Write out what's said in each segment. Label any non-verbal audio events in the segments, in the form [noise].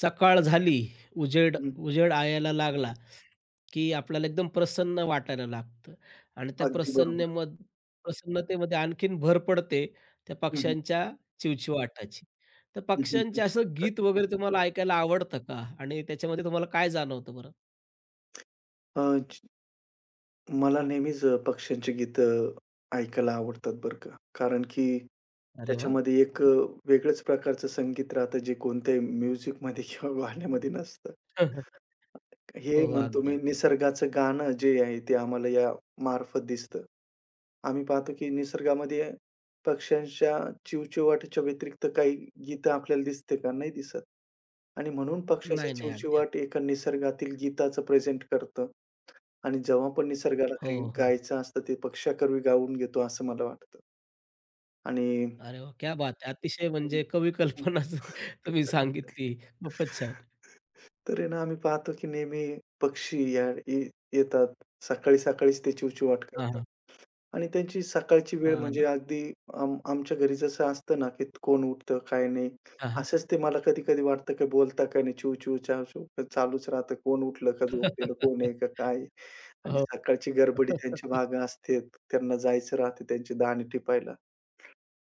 सकाळ झाली, उजेड हं, उजेड यायला लागला, की आपल्याला एकदम प्रसन्न वाटायला लागतं आणि त्या अगदी बरोबर. प्रसन्नेम प्रसन्नतेमध्ये आणखीन भर पडते त्या हं, हं. पक्ष्यांच्या चिवचिवाटाची. तर हं, हं, पक्ष्यांचे हं. असं गीत वगैरे तुम्हाला ऐकायला आवडतं का? आणि त्याच्यामध्ये तुम्हाला काय जाणवतं बरं? अ, ज मला नेहमीच पक्ष्यांची गीतं ऐकायला आवडतात बरं का. कारण की अरे वाह! त्याच्यामध्ये एक वेगळंच प्रकारचं संगीत राहतं, जे कोणत्याही म्युझिकमध्ये [laughs] किंवा गाण्यामध्ये नसतं. [laughs] हे हो, हो. म्हणतो अगदी, मी अगदी. निसर्गाचं गाणं जे आहे ते आम्हाला या मार्फत दिसतं. आम्ही पाहतो की निसर्गामध्ये पक्ष्यांच्या चिवचिवाटाच्या व्यतिरिक्त काही गीतं आपल्याला दिसते का? नाही दिसत. आणि म्हणून पक्ष्याचा नाही, नाही. अगदी, अगदी. चिवचिवाट एका निसर्गातील गीताचं प्रेझेंट करतं आणि जेव्हा पण निसर्गाला हो, काही हो. गायचं असतं ते पक्ष्याकरवी गाऊन घेतो असं मला वाटतं आणि अरे वाह! क्या बात है! अतिशय हं, म्हणजे कवी हं. कल्पनाच तुम्ही सांगितली. खूपच छान. [laughs] तर आहे ना, आम्ही पाहतो की नेहमी पक्षी या ये येतात. सकाळी सकाळीच ते चिवचिवाट हां, करतात हां. आणि त्यांची सकाळची वेळ हां म्हणजे ना. अगदी आमच्या घरी जसं असतं ना, की कोण उठतं, काय नाही. हां, हां. असंच ते मला कधी-कधी वाटतं की बोलता का नाही, चिव-चिव, चाव-चूव चालूच राहतं. कोण उठलं का झोपलेलं कोण आहे [laughs] का काय आहे? आणि हो. सकाळची गडबडी त्यांच्या [laughs] मागं असते. त्यांना जायचं राहते त्यांचे दाणे टिपायला.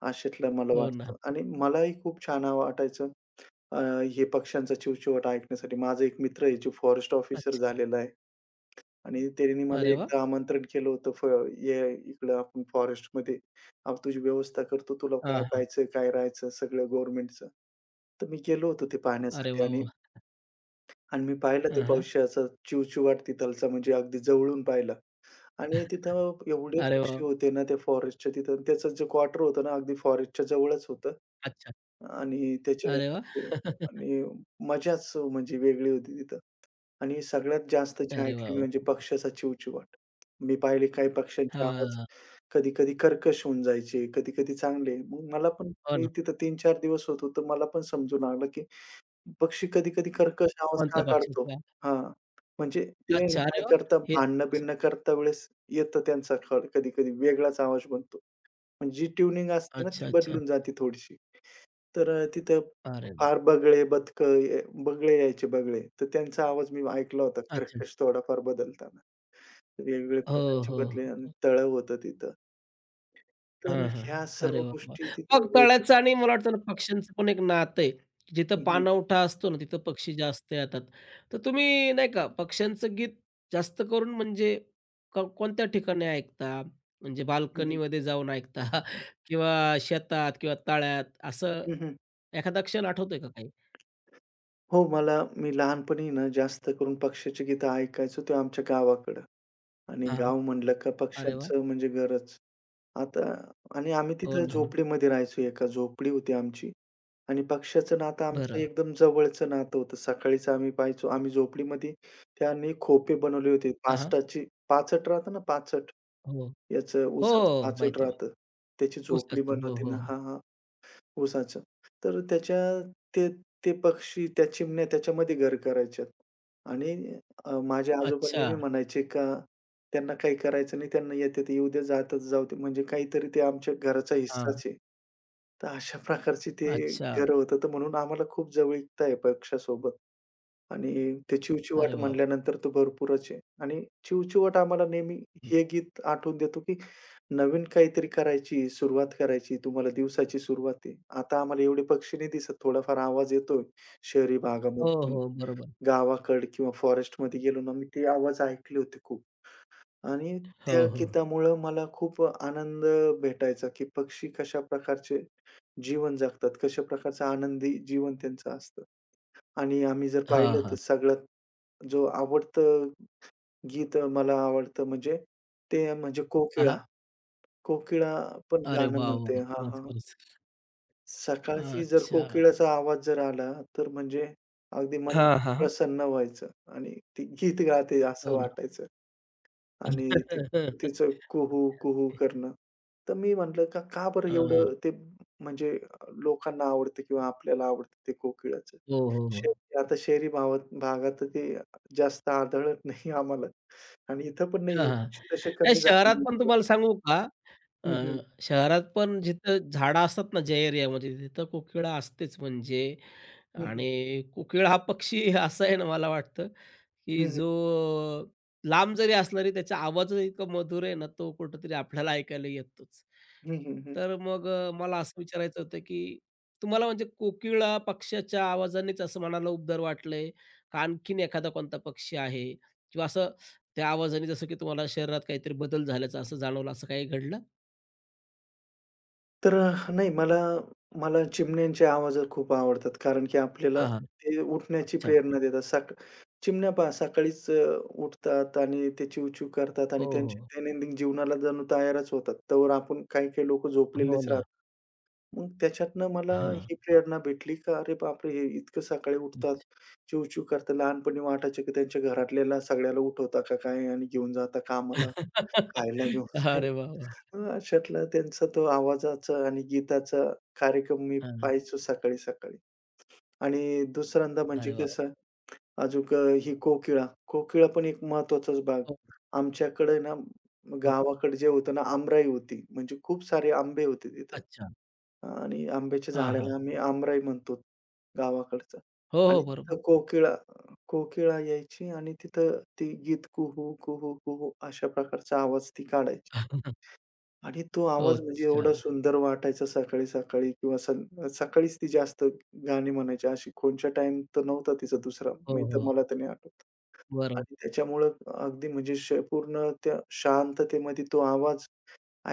अशातलं मला हो ना. वाटतं आणि मलाही खूप छान वाटायचं अ, हे पक्ष्यांचा चिवचिवाट ऐकण्यासाठी. माझा एक मित्र आहे जो फॉरेस्ट ऑफिसर अच्छा. झालेला आहे आणि त्यांनी मला अच्छा. अरे वाह! एकदा आमंत्रण केलं होतं "ये इकडं आपण फॉरेस्टमध्ये आम्ही तुझी व्यवस्था करतो. तुला काय हां, हां. पाहायचं, काय राहायचं सगळं गव्हर्नमेंटचं." तर मी गेलो होतो ते अरे पाहण्यासाठी वाह, आणि वाह! आणि मी पाहिलं ते हां, हां. पक्ष्याचा चिवचिवाट तिथलचा म्हणजे अगदी जवळून पाहिला. आणि [laughs] तिथं एवढे अरे वाह! पक्षी होते ना त्या फॉरेस्टच्या तिथं. त्याचं जे क्वार्टर होतं ना अगदी फॉरेस्टच्या जवळच होतं. अच्छा. आणि त्याच्या अरे वाह! [laughs] आणि मजाच म्हणजे वेगळी होती तिथं. आणि सगळ्यात जास्त जे अरे वाह, ऐकली मी म्हणजे वाह! पक्ष्याचा चिवचिवाट. मी पाहिले काही पक्ष्यांचे आवाज हां. कधी-कधी कर्कश होऊन जायचे, कधी-कधी चांगले. मग मला पण हो मी ना. तिथं 3-4 दिवस होतो, तर मला पण समजू लागलं, की पक्षी कधी-कधी कर्कश आवाज का कोणत्या पक्षाचं काढतो? काय? हां, म्हणजे ते आहे ना, अच्छा. अरे काय वाह! करतात हे असं. भांडणं-बिंडणं करता वेळेस येतं त्यांचा कळ कधी-कधी वेगळाच आवाज बनतो. म्हणजे जी ट्यूनिंग असते ना अच्छा, ती अच्छा. बदलून जाते थोडीशी. तर तिथं अरे फार वाह! बगळे, बगळे यायचे बगळे. तर त्यांचा आवाज मी ऐकला होता अच्छा. कर्कश थोडाफार बदलताना. वेगवेगळ्या हो, प्रकारचे हो, बदले आणि हो. तळं होतं तिथं. तर हां, हां. ह्या सर्व अरे वाह! वाह! गोष्टी तिथं मग होत तळ्याचं होत्या. आणि मला वाटतं ना पक्ष्यांचं पण एक नातं आहे, की जिथं हं, हं. पाणवठा असतो ना, तिथं पक्षी जास्त येतात. तर तुम्ही नाही का पक्ष्यांचं गीत जास्त करून म्हणजे कोणत्या ठिकाणी ऐकता? म्हणजे हं, हं. बाल्कनीमध्ये जाऊन ऐकता [laughs] किंवा हं, शेतात किंवा तळ्यात असं एखादा क्षण आठवतोय का काही? हो, मला मी लहानपणी ना जास्त करून पक्ष्याची गीतं ऐकायचो ते आमच्या गावाकडं आणि हां. गाव म्हणलं का अरे वाह! पक्ष्यांचं म्हणजे घरच. आता आणि आम्ही हो तिथं ना, हो ना. झोपडीमध्ये राहायचो. एका झोपडी होती आमची आणि पक्ष्याचं नातं आमचं बरं. एकदम जवळचं नातं होतं. सकाळीच आम्ही पाहायचो. आम्ही झोपडीमध्ये त्यांनी खोपे बनवले होते. हां, हां. पाचटाची पाचट राहतं ना, पाचट हो. याचं हो, उसाचं हो. पाचट माहिती आहे, माहिती आहे. राहतं. त्याची ऊस झोपडी असतो. हो, बनवते हो, ना हो. हां, हां. ऊसाचं. तर त्याच्या ते ते पक्षी, त्या चिमण्या त्याच्यामध्ये घर करायच्यात आणि माझे आजोबा अच्छा. नेहमी म्हणायचे का त्यांना काही करायचं नाही, त्यांना येते ते येऊ दे, जातं ते जाऊ दे. म्हणजे काहीतरी ते आमच्या घराचा हां. हिस्साच आहे. तर अशा प्रकारची ते अच्छा. घर होतं. तर म्हणून आम्हाला खूप जवळीकता आहे पक्ष्यासोबत. आणि ते चिवचिवाट अरे वाह! वाह! म्हणल्यानंतर तर भरपूरच आहे आणि चिवचिवाट आम्हाला नेहमी हे गीत आठवून देतो, की नवीन काहीतरी करायची, सुरुवात करायची. तुम्हाला दिवसाची सुरुवात आहे. आता आम्हाला एवढे पक्षी नाही दिसत. थोडाफार आवाज येतोय शहरी हो, भागामध्ये पण. हो. बरोबर. गावाकडे किंवा फॉरेस्टमध्ये गेलो ना, मी ते आवाज ऐकले होते खूप आणि हो, त्या हो. गीतामुळं मला खूप आनंद भेटायचा, की पक्षी कशा प्रकारचे जीवन जगतात, कशा प्रकारचा आनंदी जीवन त्यांचं असतं आणि आम्ही जर हां, पाहिलं तर हां. सगळ्यात जो आवडतं गीत मला आवडतं म्हणजे ते म्हणजे हां, कोकिळा. हां. कोकिळा पण अरे गाणं वाह! म्हणते. वाह! हां, खरंच, हां. खरंच. सकाळची जर अच्छा. कोकिळाचा आवाज जर आला, तर म्हणजे अगदी मन हां, हां, हां. प्रसन्न व्हायचं आणि ती गीत गाते असं हो ना. वाटायचं. आणि ते [laughs] तिचं कुहू, कुहू करणं. तर मी म्हटलं का का बरं हां. एवढं ते म्हणजे लोकांना आवडतं किंवा आपल्याला आवडतं ते कोकिळाचं. हो, हो, हो. शेवटी आता शहरी भागात तर ते जास्त आढळत नाही आम्हाला आणि इथं पण हां, नाहीये. हां. पक्षी तसे नाही कमी शहरात झालेले पण आहेत. तुम्हाला सांगू का, अ, हं, हं. शहरात पण जिथं झाडं असतात ना, ज्या एरियामध्ये तिथं कोकिळा असतेच म्हणजे हं, हं. आणि कोकिळा हा पक्षी [laughs] असा आहे ना, मला वाटतं, की हं, जो हं. लांब जरी असला तरी त्याचा आवाज इतका मधुर आहे ना, तो कुठेतरी आपल्याला ऐकायला येतोच. तर मग मला असं विचारायचं होतं, की तुम्हाला म्हणजे कोकिळा पक्ष्याच्या आवाजानेच असं मनाला उबदार वाटलंय का आणखीन एखादा कोणता पक्षी आहे? किंवा असं त्या आवाजाने जसं की तुम्हाला शरीरात काहीतरी बदल झाल्याचं असं जाणवलं, असं काही घडलं? तर नाही मला मला चिमण्यांचे आवाज खूप आवडतात. कारण की आपल्याला हां, हां. ते उठण्याची अच्छा. प्रेरणा देतात. चिमण्या पहा सकाळीच उठतात आणि ते चिवचिव करतात हो, आणि हो. त्यांच्या दैनंदिन जीवनाला जणू तयारच होतात. तोवर आपण काही-काही लोकं हो झोपलेलेच ना. राहतात. मग त्याच्यातनं मला हां. ही प्रेरणा भेटली का अरे बापरे! हे इतकं सकाळी उठतात, चिवचिव करतात. लहानपणी वाटायचं की त्यांच्या घरातल्याला सगळ्याला उठवता का काय आणि घेऊन जाता कामाला. [laughs] खायला घेऊन अच्छा. जाईल. अरे वाह, वाह! अशातला त्यांचा तो आवाजाचा आणि गीताचा कार्यक्रम मी हां. पाहायचो सकाळी-सकाळी. आणि दुसऱ्यांदा म्हणजे अरे वाह! कसं वाह! ही कोकिळा. कोकिळा पण एक महत्वाचाच भाग. हो, आमच्याकडे ना बरं. गावाकडे जे होतं ना आमराई होती. म्हणजे खूप सारे आंबे होते तिथं. अच्छा. आणि आंब्याच्या हां, हां. झाडाला आम्ही आमराई म्हणतो गावाकडचं. हो, आणि हो. बरोबर. तिथं कोकिळा कोकिळा यायची आणि तिथं ती गीत कुहू, कुहू, कुहू अशा प्रकारचा आवाज ती काढायची. [laughs] आणि तो हो, आवाज म्हणजे अच्छा. एवढा सुंदर वाटायचा सकाळी-सकाळी किंवा सकाळीच ती जास्त गाणी म्हणायची. अशी कोणच्या टाईम तर नव्हता तिचा दुसरा. हो, मी तर हो. मला तर नाही आठवत. बरोबर. आणि त्याच्यामुळं अगदी म्हणजे पूर्ण त्या शांततेमध्ये तो आवाज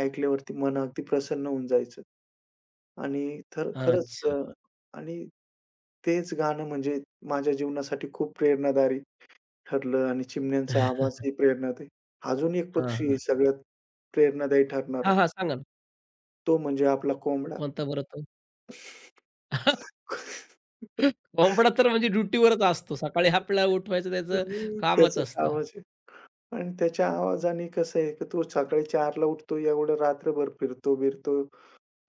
ऐकल्यावरती मन अगदी प्रसन्न होऊन जायचं. आणि तर खरंच अच्छा. आणि तेच गाणं म्हणजे माझ्या जीवनासाठी खूप प्रेरणादायी ठरलं आणि चिमण्यांचा आवाजही [laughs] प्रेरणादायी. अजून एक हां, पक्षी आहे हां. सगळ्यात प्रेरणादायी ठरणारा. हां, हां. सांगा ना. तो म्हणजे आपला कोंबडा. कोणता बरं तो? [laughs] कोंबडा [laughs] तर म्हणजे ड्युटीवरच असतो. सकाळी आपल्याला उठवायचं त्याचं हं, कामच त्याचं असतं. कामच आहे. आणि त्याच्या आवाजाने कसं आहे, की तो सकाळी 4:00ला उठतो, एवढं रात्रभर फिरतो-बिरतो,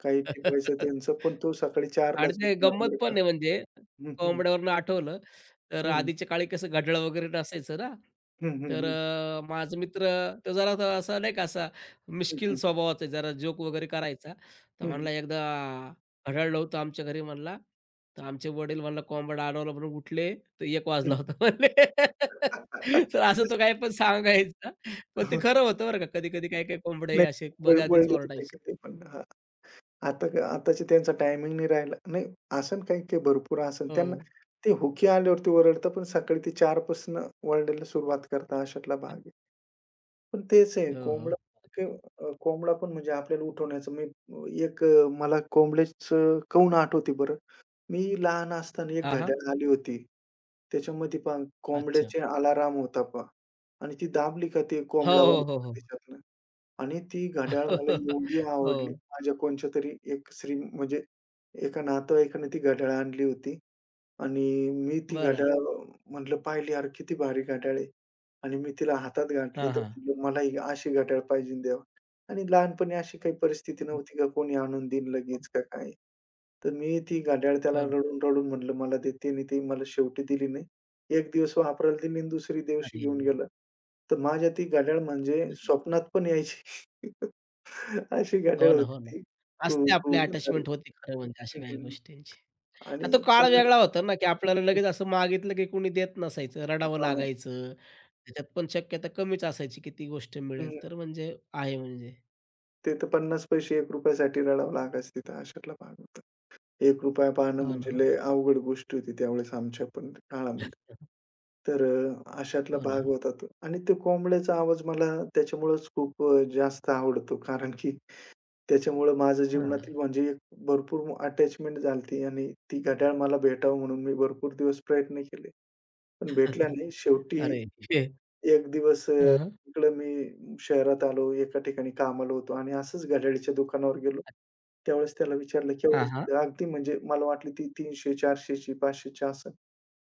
काही टिपायचं [laughs] त्यांचं, पण तो सकाळी आणि 4:00लाच ते उठणार गंमत बरं पण का. आहे म्हणजे हं, हं, कोंबड्यावरनं आठवलं, तर हं, आधीच्या काळी कसं घड्याळ वगैरे नसायचं ना, हं, हं, तर हं, हं, माझा मित्र तो जरा तो असा नाही का असा हं, मिश्किल हं, स्वभावाचा आहे, जरा जोक वगैरे करायचा. तर म्हणला एकदा घड्याळ नव्हतं आमच्या घरी म्हणला, तर आमचे वडील म्हणला कोंबडा आणवला म्हणून उठले, तर 1 वाजला होता म्हणले. [laughs] तर [laughs] असं तो काही पण सांगायचा. पण ते खरं होतं बरं का. कधी-कधी काही-काही कोंबडे असे नाही वळ मध्ये आधीच वळलेत होते का ओरडायचे. ते पण. हां, आता आताच्या त्यांचा टायमिंग नाही राहिला. नाही असेल काही काही भरपूर असेल. हो. त्यांना ते हुकी आल्यावरती ओरडतात, पण सकाळी ते 4:00 पासून ओरडायला सुरुवात करतात, अशातला भाग आहे. पण तेच आहे हो, कोंबडा हो. ते कोंबडा पण म्हणजे आपल्याला उठवण्याचं मला कोंबड्याचं कौन आठवते बरं. मी लहान असताना एक हां, हां. घड्याळ आली होती. त्याच्यामध्ये पहा अच्छा. कोंबड्याचे अलाराम होता पहा आणि ती दाबली का ते हो, कोंबडा हो, हो, वाजायचा हो. त्याच्यातनं आणि ती घड्याळ मला [laughs] एवढी आवडली. हो, माझ्या कोणच्यातरी एक श्री म्हणजे एका नातेवाईकाने ती घड्याळ आणली होती. आणि मी ती हं. बरं. घड्याळ म्हटलं पाहिली "अरे किती भारी घड्याळ आहे" आणि मी तिला हातात घातली हां, तर हां. म्हटलं "मला ही अशी घड्याळ पाहिजे देवा." आणि लहानपणी अशी काही परिस्थिती हो नव्हती का कोणी आणून देईन लगेच का काय. तर मी ती घड्याळ त्याला हो ना. रडून-रडून म्हटलं "मला दे." त्याने ती मला शेवटी दिली नाही. एक दिवस वापरायला दिली आणि दुसरी दिवशी अरे! घेऊन गेला. तर माझ्या ती घड्याळ म्हणजे स्वप्नात पण यायची. [laughs] अशी घड्याळ हो ना, हो होती ना. ती. कू असते आपली कू म्हणणारी. अटॅचमेंट होती खरं म्हणजे अशा हं, काही हं. गोष्टींची. आता आणि काळ पण वेगळा होता ना, की आपल्याला लगेच असं मागितलं की कुणी देत नसायचं, रडावं हां, लागायचं. त्याच्यात पण शक्यता कमीच असायची की ती गोष्ट हं. मिळेल. तर म्हणजे आहे म्हणजे. ते तर 50 पैसे ₹1 साठी रडावं लागायचं तिथं अशातला भाग होता. ₹1 पाहणं हो ना, म्हणजे हो ना. लय अवघड गोष्ट होती त्यावेळेस आमच्या पण काळामध्ये. तर अशातला हो ना. भाग होता तो आणि त्या कोंबड्याचा आवाज मला त्याच्यामुळेच खूप जास्त आवडतो कारण की त्याच्यामुळं माझं हां. जीवनातील म्हणजे एक भरपूर अटॅचमेंट झाली आणि ती घड्याळ मला भेटावं म्हणून मी भरपूर दिवस प्रयत्न केले. पण भेटला [laughs] नाही. शेवटी अरे! एक दिवस हं, हं. इकडं मी शहरात आलो, एका ठिकाणी कामाला होतो आणि असंच घड्याळीच्या दुकानावर गेलो. त्यावेळेस त्याला विचारलं, हां, हां. "केवढ्याची?" अगदी म्हणजे मला वाटली ती 300, 400ची, 500ची असेल.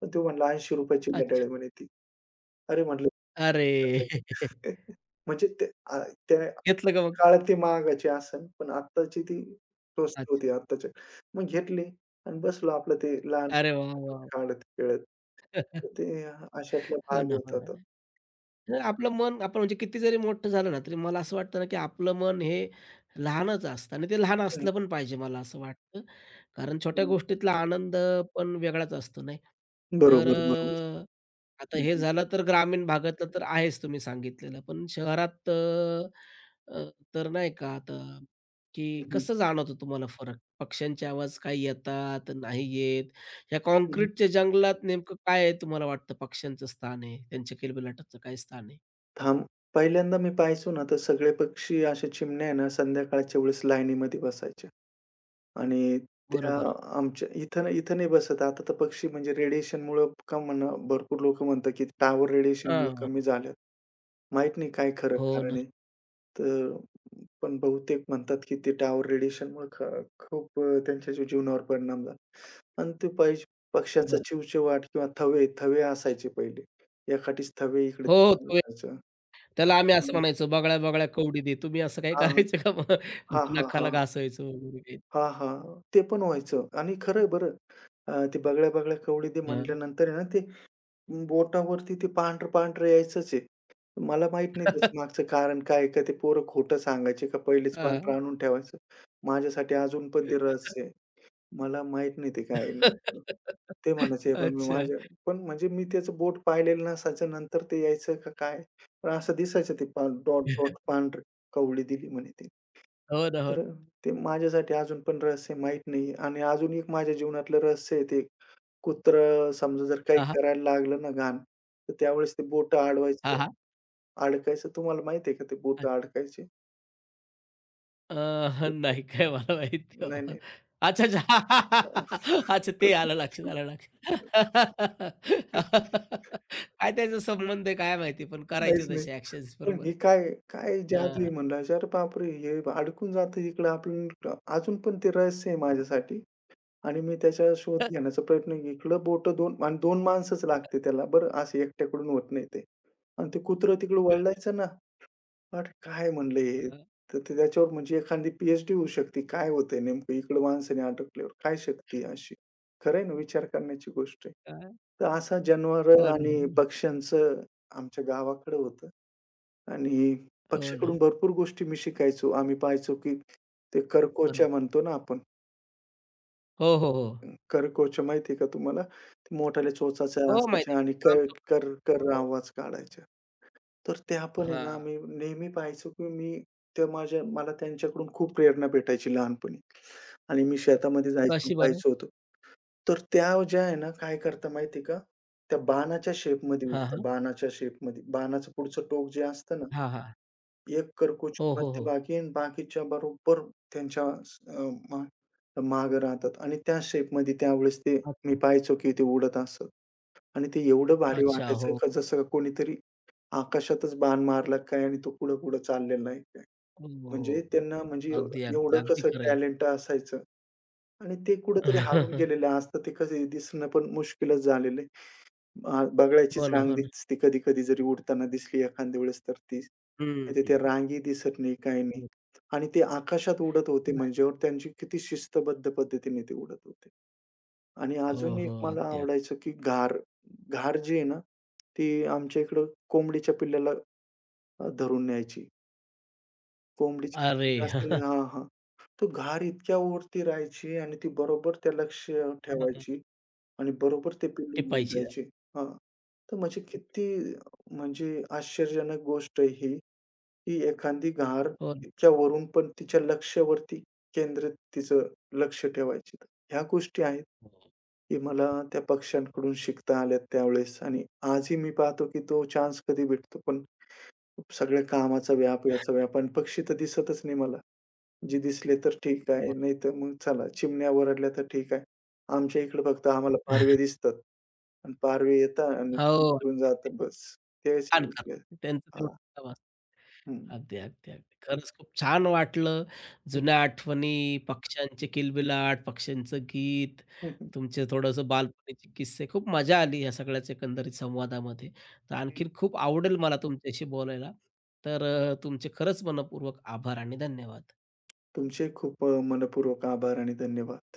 पण तो म्हणला, "₹80ची घड्याळ अच्छा. आहे" म्हणे ती. अरे म्हटलं अरे! [laughs] [laughs] म्हणजे ते त्या घेतलं का मग? काळात ती महागाची असेल, पण आत्ताची ती स्वस्त अच्छा. होती आत्ताच्या. मग घेतली आणि बसलो आपलं ते लहान अरे वाह, आठवणी वाह! काढत-खेळत. तर ते अशातला हो भाग ना, हो होता ना. तो. नाही. तर आपलं मन आपण म्हणजे किती जरी मोठं झालं ना, तरी मला असं वाटतं ना, की आपलं मन हे लहानच असतं आणि ते लहान हं, असलं पण पाहिजे मला असं वाटतं. कारण छोट्या गोष्टीतला आनंद पण वेगळाच असतो नाही. तर बरोबर, बरोबर. आता हे हं, झालं तर ग्रामीण भागातलं तर आहेच तुम्ही सांगितलेलं. पण शहरात अ, अ, तर नाही का आता, की हं, कसं जाणवतं तुम्हाला फरक? पक्ष्यांचे आवाज काही येतात, नाही येत? ह्या काँक्रीटच्या जंगलात नेमकं काय आहे तुम्हाला वाटतं पक्ष्यांचं स्थान आहे? त्यांच्या किलबिलाटाचं काय स्थान आहे? थांब. पहिल्यांदा मी पाहायचो ना, तर सगळे पक्षी अशा चिमण्या आहे ना, संध्याकाळच्या वेळेस लाईनीमध्ये बसायच्या आणि त्या बरोबर. आमच्या इथं ना इथं नाही बसत. आता तर पक्षी म्हणजे रेडिएशनमुळं का म्हणा, भरपूर लोकं म्हणतात, की टावर रेडिएशनमुळं हां. कमी झाल्यात. माहीत नाही काय खरं हो हं. ना. कारण आहे. तर पण बहुतेक म्हणतात, की ते टॉवर रेडिएशनमुळे खूप त्यांच्या जीवनावर परिणाम झाला. आणि ते हं. पक्ष्यांचा बरं. चिवचिवाट किंवा थवे, थवे असायचे पहिले. एखादीच थवे हो, हो. इकडे-तिकडे तो एक उडायचं. त्याला आम्ही असं हं. म्हणायचो, "बगळ्या-बगळ्या कवडी दे." तुम्ही असं काही हां, करायचं का मग? हां, असं हां, नखाला हां. घासायचं वगैरे काही? हां, हां. ते पण व्हायचं आणि खरं बरं. ते बगळ्या-बगळ्या कवळी ते हां. म्हटल्यानंतर आहे ना ते बोटावरती ते पांढरं-पांढरं यायचंच आहे. मला माहीत नाही त्याचं मागचं कारण काय आहे? का ते पोरं खोटं सांगायचे का पहिलेच हां. पांढरं आणून ठेवायचं? माझ्यासाठी अजून पण ते रहस्य आहे. मला माहीत नाही ते काय आहे नेमकं. [laughs] ते म्हणायचे पण मी अच्छा. माझ्या पण म्हणजे मी त्याचं बोट पाहिलेलं नसायचं. नंतर ते यायचं का काय? पण असं दिसायचं ते डॉट, डॉट पांढरी कवळी दिली म्हणे ती. हो ना, हो ना. तर ते माझ्यासाठी अजून पण रहस्य माहीत नाही आणि अजून एक माझ्या जीवनातलं रहस्य आहे ते कुत्रं समजा जर काही हां, हां. करायला लागलं ना घाण, तर त्यावेळेस ते बोटं हां, अडवायचं हां. अडकायचं. तुम्हाला माहिती आहे का ते बोटं अडकायचे? ते नाही काय मला माहिती नाही, बाबा. नाही. अच्छा, अच्छा. [laughs] अच्छा ते आलं लक्षात, आलं लक्षात. [laughs] काय त्याचा संबंध आहे काय माहिती, पण करायचे काहीच नाही. तसे ॲक्शन्स पण बरोबर हे आहे. काय काय जादू आहे हां. म्हणलं, "अरे बापरे! हे अडकून जातं इकडं." आपण अजून पण ते रहस्य आहे माझ्यासाठी आणि मी त्याचा शोध घेण्याचा प्रयत्न इकडं बोटं 2 आणि 2 माणसंच लागते त्याला बरं, असं एकट्याकडून होत नाही ते. आणि ते कुत्रं तिकडं [laughs] वळलायचं ना "अरे, काय म्हणलं हे?" अ, तर ते त्याच्यावर म्हणजे एखादी पी-एच-डी होऊ शकते. काय होतंय नेमकं इकडं माणसाने अटकल्यावर काय शक्ती आहे अशी? खरं आहे ना, विचार करण्याची गोष्ट आहे. काय तर असा हो जनावरं ना, आणि पक्ष्यांचं आमच्या गावाकडं होतं आणि हो ना. पक्षाकडून भरपूर गोष्टी मी शिकायचो. आम्ही पाहायचो, की ते करकोच्या बरोबर. म्हणतो ना आपण. हो, हो, हो. करकोच्या माहिती का तुम्हाला? ते मोठाल्या चोचाच्या हो माहिती असायच्या आणि आहे. कर, आमचं कर, पण. कर हो, हो. आवाज काढायच्या. तर त्या पण आहे ना, हां. आम्ही नेहमी पाहायचो, की मी त्या माझ्या मला त्यांच्याकडून खूप प्रेरणा भेटायची लहानपणी आणि मी शेतामध्ये जायचो, कशी बरं? पाहायचो होतो. तर त्या ज्या आहे ना, काय करतात माहिती आहे का, त्या बाणाच्या शेपमध्ये हां, उडतात, हां. बाणाच्या शेपमध्ये. बाणाचं पुढचं टोक जे असतं ना, हां, हां. एक करकोची हो, हो, हो. मध्यभागी आणि बाकीच्या बरोबर त्यांच्या अ, मा मागे राहतात आणि त्या शेपमध्ये त्यावेळेस ते मी अच्छा. पाहायचो, की ते उडत असत आणि ते एवढं भारी अच्छा. हो, वाटायचं, हो. का जसं कोणीतरी आकाशातच बाण मारला काय आणि तो पुढं-पुढं चाललेला आहे काय. हो. म्हणजे हो. त्यांना म्हणजे अगदी, अगदी, एवढं अगदी कसं खरं आहे. टॅलेंट असायचं आणि ते कुठेतरी हरवून गेलेले [laughs] असतात. ते कसे दिसणं पण मुश्किलच झालेलं आहे. हो बगळ्याचीच ना, रांग हो ना. दिसते कधी-कधी जरी उडताना दिसली एखाद्या वेळेस तर ती. नाही हं. तर रांगी दिसत नाही, काही नाही. हो, आणि ते आकाशात उडत होते म्हणजेवर त्यांची किती शिस्तबद्ध पद्धतीने ते उडत होते. आणि हो, अजून एक हो. मला अगदी, अगदी. आवडायचं की घार. घार जी आहे ना, ती आमच्या इकडं कोंबडीच्या पिल्लाला धरून न्यायची. कोंबडीची जी अरे! पिल्लं असतील ना हां, हां. तो घार इतक्या वरती राहायची आणि ती बरोबर त्या लक्ष ठेवायची [laughs] आणि बरोबर ते पिल्लू घेऊन टिपायची. जायचे. हां. तर म्हणजे किती म्हणजे आश्चर्यजनक गोष्ट आहे ही, की एखादी घार हो, हो, इतक्या वरून पण तिच्या लक्ष्यावरती केंद्रित तिचं लक्ष ठेवायची. ह्या गोष्टी आहेत, की मला त्या पक्ष्यांकडून शिकता आल्यात त्यावेळेस आणि आजही मी पाहतो, की तो चान्स कधी भेटतो, पण सगळ्या कामाचा व्याप, याचा व्याप आणि पक्षी तर दिसतच नाही मला. जे दिसले तर ठीक आहे, हो. नाही तर मग चला चिमण्या ओरडल्या तर ठीक आहे. आमच्या इकडे फक्त आम्हाला पारवे दिसतात आणि पारवे येतात आणि हो. उडून जातात बस. तेच छान करतात. त्यांचं तेवढं हां. काम असतं. हं. अगदी, अगदी, अगदी. खरंच खूप छान वाटलं. जुन्या आठवणी, पक्ष्यांचे किलबिलाट, पक्ष्यांचं गीत, हं, हं. तुमचे थोडंसं बालपणीचे किस्से. खूप मजा आली ह्या सगळ्याच एकंदरीत संवादामध्ये. तर आणखीन [laughs] खूप आवडेल मला तुमच्याशी बोलायला. तर तुमचे खरंच मनःपूर्वक आभार आणि धन्यवाद. तुमचे खूप मनःपूर्वक आभार आणि धन्यवाद.